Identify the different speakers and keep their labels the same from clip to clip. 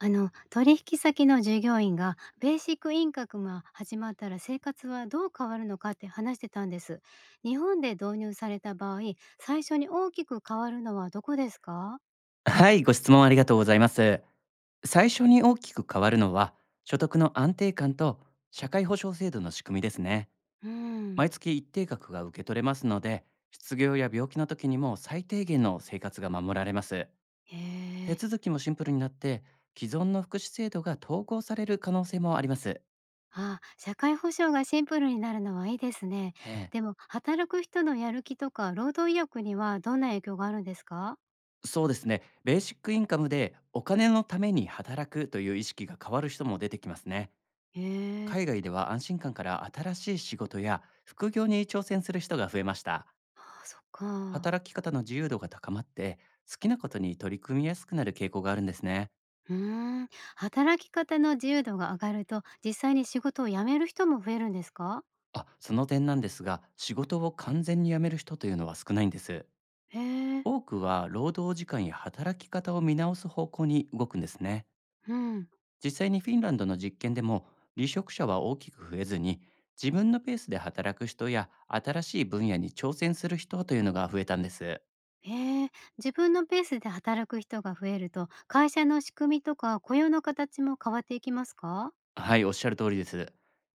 Speaker 1: あの、取引先の従業員がベーシックインカムが始まったら生活はどう変わるのかって話してたんです。日本で導入された場合、最初に大きく変わるのはどこですか？
Speaker 2: はい、ご質問ありがとうございます。最初に大きく変わるのは、所得の安定感と社会保障制度の仕組みですね。
Speaker 1: うん。
Speaker 2: 毎月一定額が受け取れますので、失業や病気の時にも最低限の生活が守られます。
Speaker 1: へ
Speaker 2: 手
Speaker 1: え。
Speaker 2: 続きもシンプルになって、既存の福祉制度が統合される可能性もあります。
Speaker 1: あ、社会保障がシンプルになるのはいいですね。
Speaker 2: ええ、
Speaker 1: でも、働く人のやる気とか労働意欲にはどんな影響があるんですか？
Speaker 2: そうですね。ベーシックインカムでお金のために働くという意識が変わる人も出てきますね。
Speaker 1: へえ。
Speaker 2: 海外では安心感から新しい仕事や副業に挑戦する人が増えました。
Speaker 1: あ、そっか。
Speaker 2: 働き方の自由度が高まって、好きなことに取り組みやすくなる傾向があるんですね。
Speaker 1: うーん、働き方の自由度が上がると、実際に仕事を辞める人も増えるんですか？
Speaker 2: あ、その点なんですが、仕事を完全に辞める人というのは少ないんです。
Speaker 1: へえ、
Speaker 2: 多くは労働時間や働き方を見直す方向に動くんですね。
Speaker 1: うん。
Speaker 2: 実際にフィンランドの実験でも、離職者は大きく増えずに、自分のペースで働く人や新しい分野に挑戦する人というのが増えたんです。
Speaker 1: へえ、自分のペースで働く人が増えると、会社の仕組みとか雇用の形も変わっていきますか？
Speaker 2: はい、おっしゃる通りです。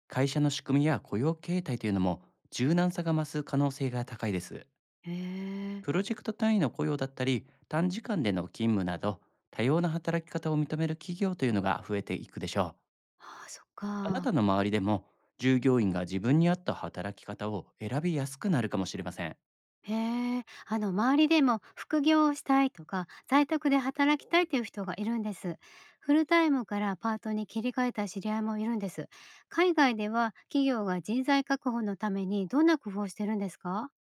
Speaker 2: 会社の仕組みや雇用形態というのも、柔軟さが増す可能性が高いです。
Speaker 1: へえ。
Speaker 2: プロジェクト単位の雇用だったり、短時間での勤務など、多様な働き方を認める企業というのが増えていくでしょう。
Speaker 1: ああ、そっ
Speaker 2: あなた
Speaker 1: か。
Speaker 2: の周りでも、従業員が自分に合った働き方を選びやすくなるかもしれません。
Speaker 1: へえ、あの、周りでも副業をしたいとか、在宅で働きたいという人がいるんです。フルタイムからパートに切り替えた知り合いもいるんです。海外では企業が人材確保のためにどんな工夫をしてるんですか？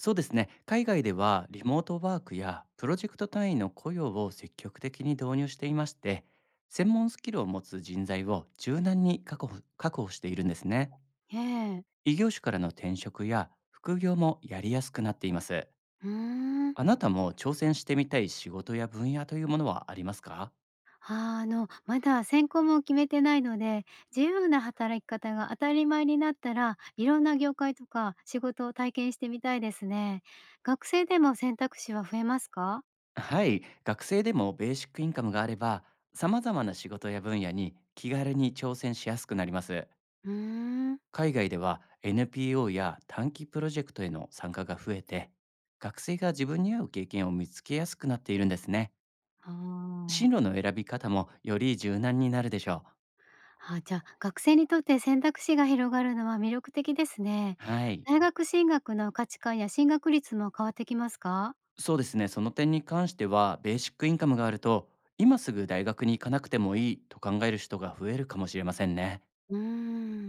Speaker 2: そうですね。海外ではリモートワークやプロジェクト単位の雇用を積極的に導入していまして、専門スキルを持つ人材を柔軟に確保しているんですね。
Speaker 1: ええ。
Speaker 2: 異業種からの転職や副業もやりやすくなっています。
Speaker 1: うーん。
Speaker 2: あなたも挑戦してみたい仕事や分野というものはありますか？
Speaker 1: まだ専攻も決めてないので、自由な働き方が当たり前になったら、いろんな業界とか仕事を体験してみたいですね。学生でも選択肢は増えますか？
Speaker 2: はい、学生でもベーシックインカムがあれば、様々な仕事や分野に気軽に挑戦しやすくなります。
Speaker 1: うーん。
Speaker 2: 海外では NPO や短期プロジェクトへの参加が増えて、学生が自分に合う経験を見つけやすくなっているんですね。進
Speaker 1: あ
Speaker 2: 路の選び方もより柔軟になるでしょう。
Speaker 1: あ、あ、じゃ、学生にとって選択肢が広がるのは魅力的ですね。
Speaker 2: はい、
Speaker 1: 大学進学の価値観や進学率も変わってきますか？
Speaker 2: そうですね。その点に関してはベーシックインカムがあると、今すぐ大学に行かなくてもいいと考える人が増えるかもしれませんね。
Speaker 1: うー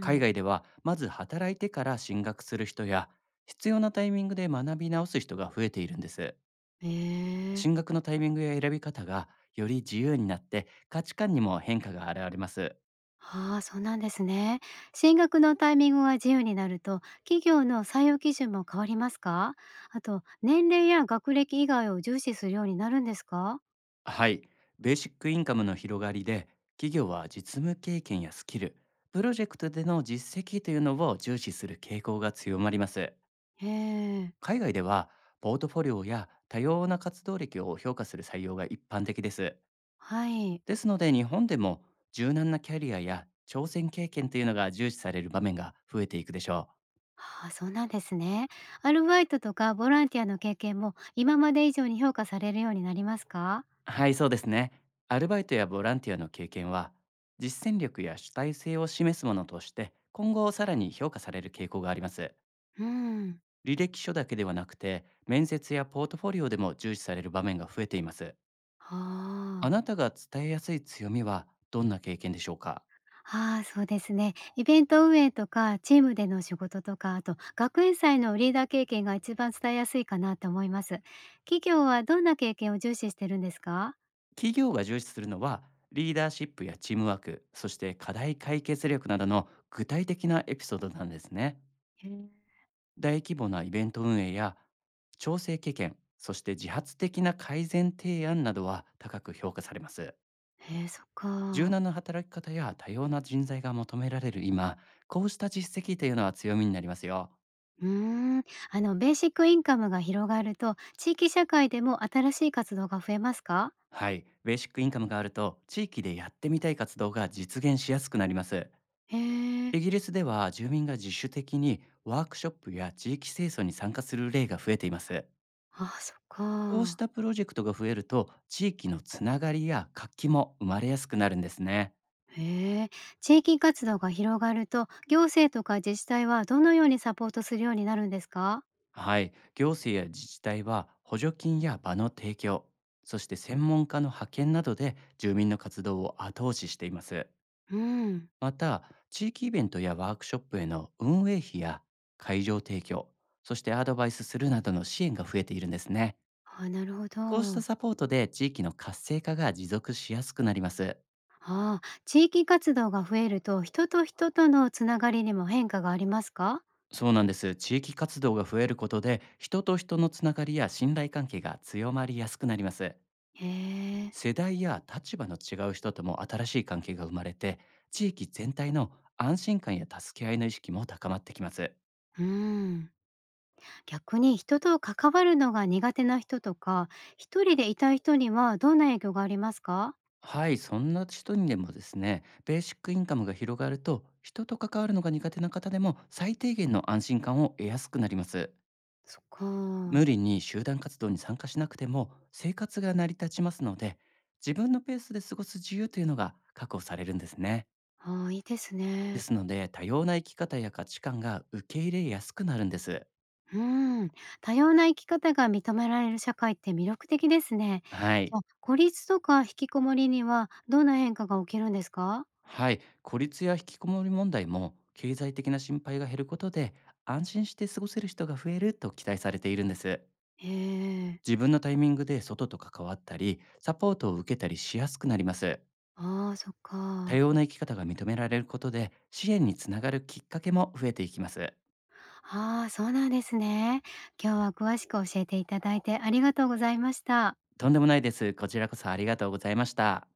Speaker 2: 海外ではまず働いてから進学する人や、必要なタイミングで学び直す人が増えているんです。
Speaker 1: ええ。
Speaker 2: 進学のタイミングや選び方が、より自由になって価値観にも変化が現れます。
Speaker 1: ああ、そうなんですね。進学のタイミングが自由になると、企業の採用基準も変わりますか？あと、年齢や学歴以外を重視するようになるんですか？
Speaker 2: はい。ベーシックインカムの広がりで、企業は実務経験やスキル、プロジェクトでの実績というのを重視する傾向が強まります。
Speaker 1: へえ、
Speaker 2: 海外では、ポートフォリオや多様な活動歴を評価する採用が一般的です。
Speaker 1: はい。
Speaker 2: ですので日本でも、柔軟なキャリアや挑戦経験というのが重視される場面が増えていくでしょう。
Speaker 1: ああ、そうなんですね。アルバイトとかボランティアの経験も今まで以上に評価されるようになりますか？
Speaker 2: はい、そうですね。アルバイトやボランティアの経験は、実践力や主体性を示すものとして、今後さらに評価される傾向があります。
Speaker 1: うん。
Speaker 2: 履歴書だけではなくて、面接やポートフォリオでも重視される場面が増えています。あ
Speaker 1: ああ。
Speaker 2: なたが伝えやすい強みはどんな経験でしょうか？
Speaker 1: ああ、そうですね。イベント運営とかチームでの仕事とか、あと学園祭のリーダー経験が一番伝えやすいかなと思います。企業はどんな経験を重視してるんですか？
Speaker 2: 企業が重視するのは、リーダーシップやチームワーク、そして課題解決力などの具体的なエピソードなんですね。
Speaker 1: へえ。
Speaker 2: 大規模なイベント運営や調整経験、そして自発的な改善提案などは高く評価されます。
Speaker 1: へえ、そっ
Speaker 2: 柔軟
Speaker 1: か。
Speaker 2: な働き方や多様な人材が求められる今、こうした実績というのは強みになりますよ。
Speaker 1: うーん。あの、ベーシックインカムが広がると、地域社会でも新しい活動が増えますか？
Speaker 2: はい、ベーシックインカムがあると地域でやってみたい活動が実現しやすくなります。
Speaker 1: へえ。
Speaker 2: イギリスでは住民が自主的にワークショップや地域清掃に参加する例が増えています。
Speaker 1: ああ、そっ
Speaker 2: こうし
Speaker 1: か。
Speaker 2: たプロジェクトが増えると、地域のつながりや活気も生まれやすくなるんですね。
Speaker 1: へえ。地域活動が広がると、行政とか自治体はどのようにサポートするようになるんですか？
Speaker 2: はい、行政や自治体は補助金や場の提供、そして専門家の派遣などで住民の活動を後押ししています。
Speaker 1: うん。
Speaker 2: また、地域イベントやワークショップへの運営費や会場提供、そしてアドバイスするなどの支援が増えているんですね。
Speaker 1: ああ、なるほ
Speaker 2: こうした
Speaker 1: ど。
Speaker 2: サポートで地域の活性化が持続しやすくなります。
Speaker 1: ああ、地域活動が増えると、人と人とのつながりにも変化がありますか？
Speaker 2: そうなんです。地域活動が増えることで、人と人のつながりや信頼関係が強まりやすくなります。
Speaker 1: へえ。
Speaker 2: 世代や立場の違う人とも新しい関係が生まれて、地域全体の安心感や助け合いの意識も高まってきます。
Speaker 1: うん。逆に人と関わるのが苦手な人とか、一人でいたい人にはどんな影響がありますか？
Speaker 2: はい、そんな人にでもですね、ベーシックインカムが広がると人と関わるのが苦手な方でも最低限の安心感を得やすくなります。
Speaker 1: そっ
Speaker 2: 無
Speaker 1: か。
Speaker 2: 理に集団活動に参加しなくても生活が成り立ちますので、自分のペースで過ごす自由というのが確保されるんですね。
Speaker 1: ああ、いいです
Speaker 2: で
Speaker 1: ね。
Speaker 2: すので多様な生き方や価値観が受け入れやすくなるんです。
Speaker 1: うーん、多様な生き方が認められる社会って魅力的ですね。
Speaker 2: は
Speaker 1: じ
Speaker 2: い。
Speaker 1: ゃあ、孤立とか引きこもりにはどんな変化が起きるんですか？
Speaker 2: はい、孤立や引きこもり問題も経済的な心配が減ることで、安心して過ごせる人が増えると期待されているんです。
Speaker 1: へえ。
Speaker 2: 自分のタイミングで外と関わったり、サポートを受けたりしやすくなります。
Speaker 1: ああ、そっ
Speaker 2: 多
Speaker 1: か。
Speaker 2: 様な生き方が認められることで支援につながるきっかけも増えていきます。
Speaker 1: ああ、そうなんですね。今日は詳しく教えていただいてありがとうございました。
Speaker 2: とんでもないです。こちらこそありがとうございました。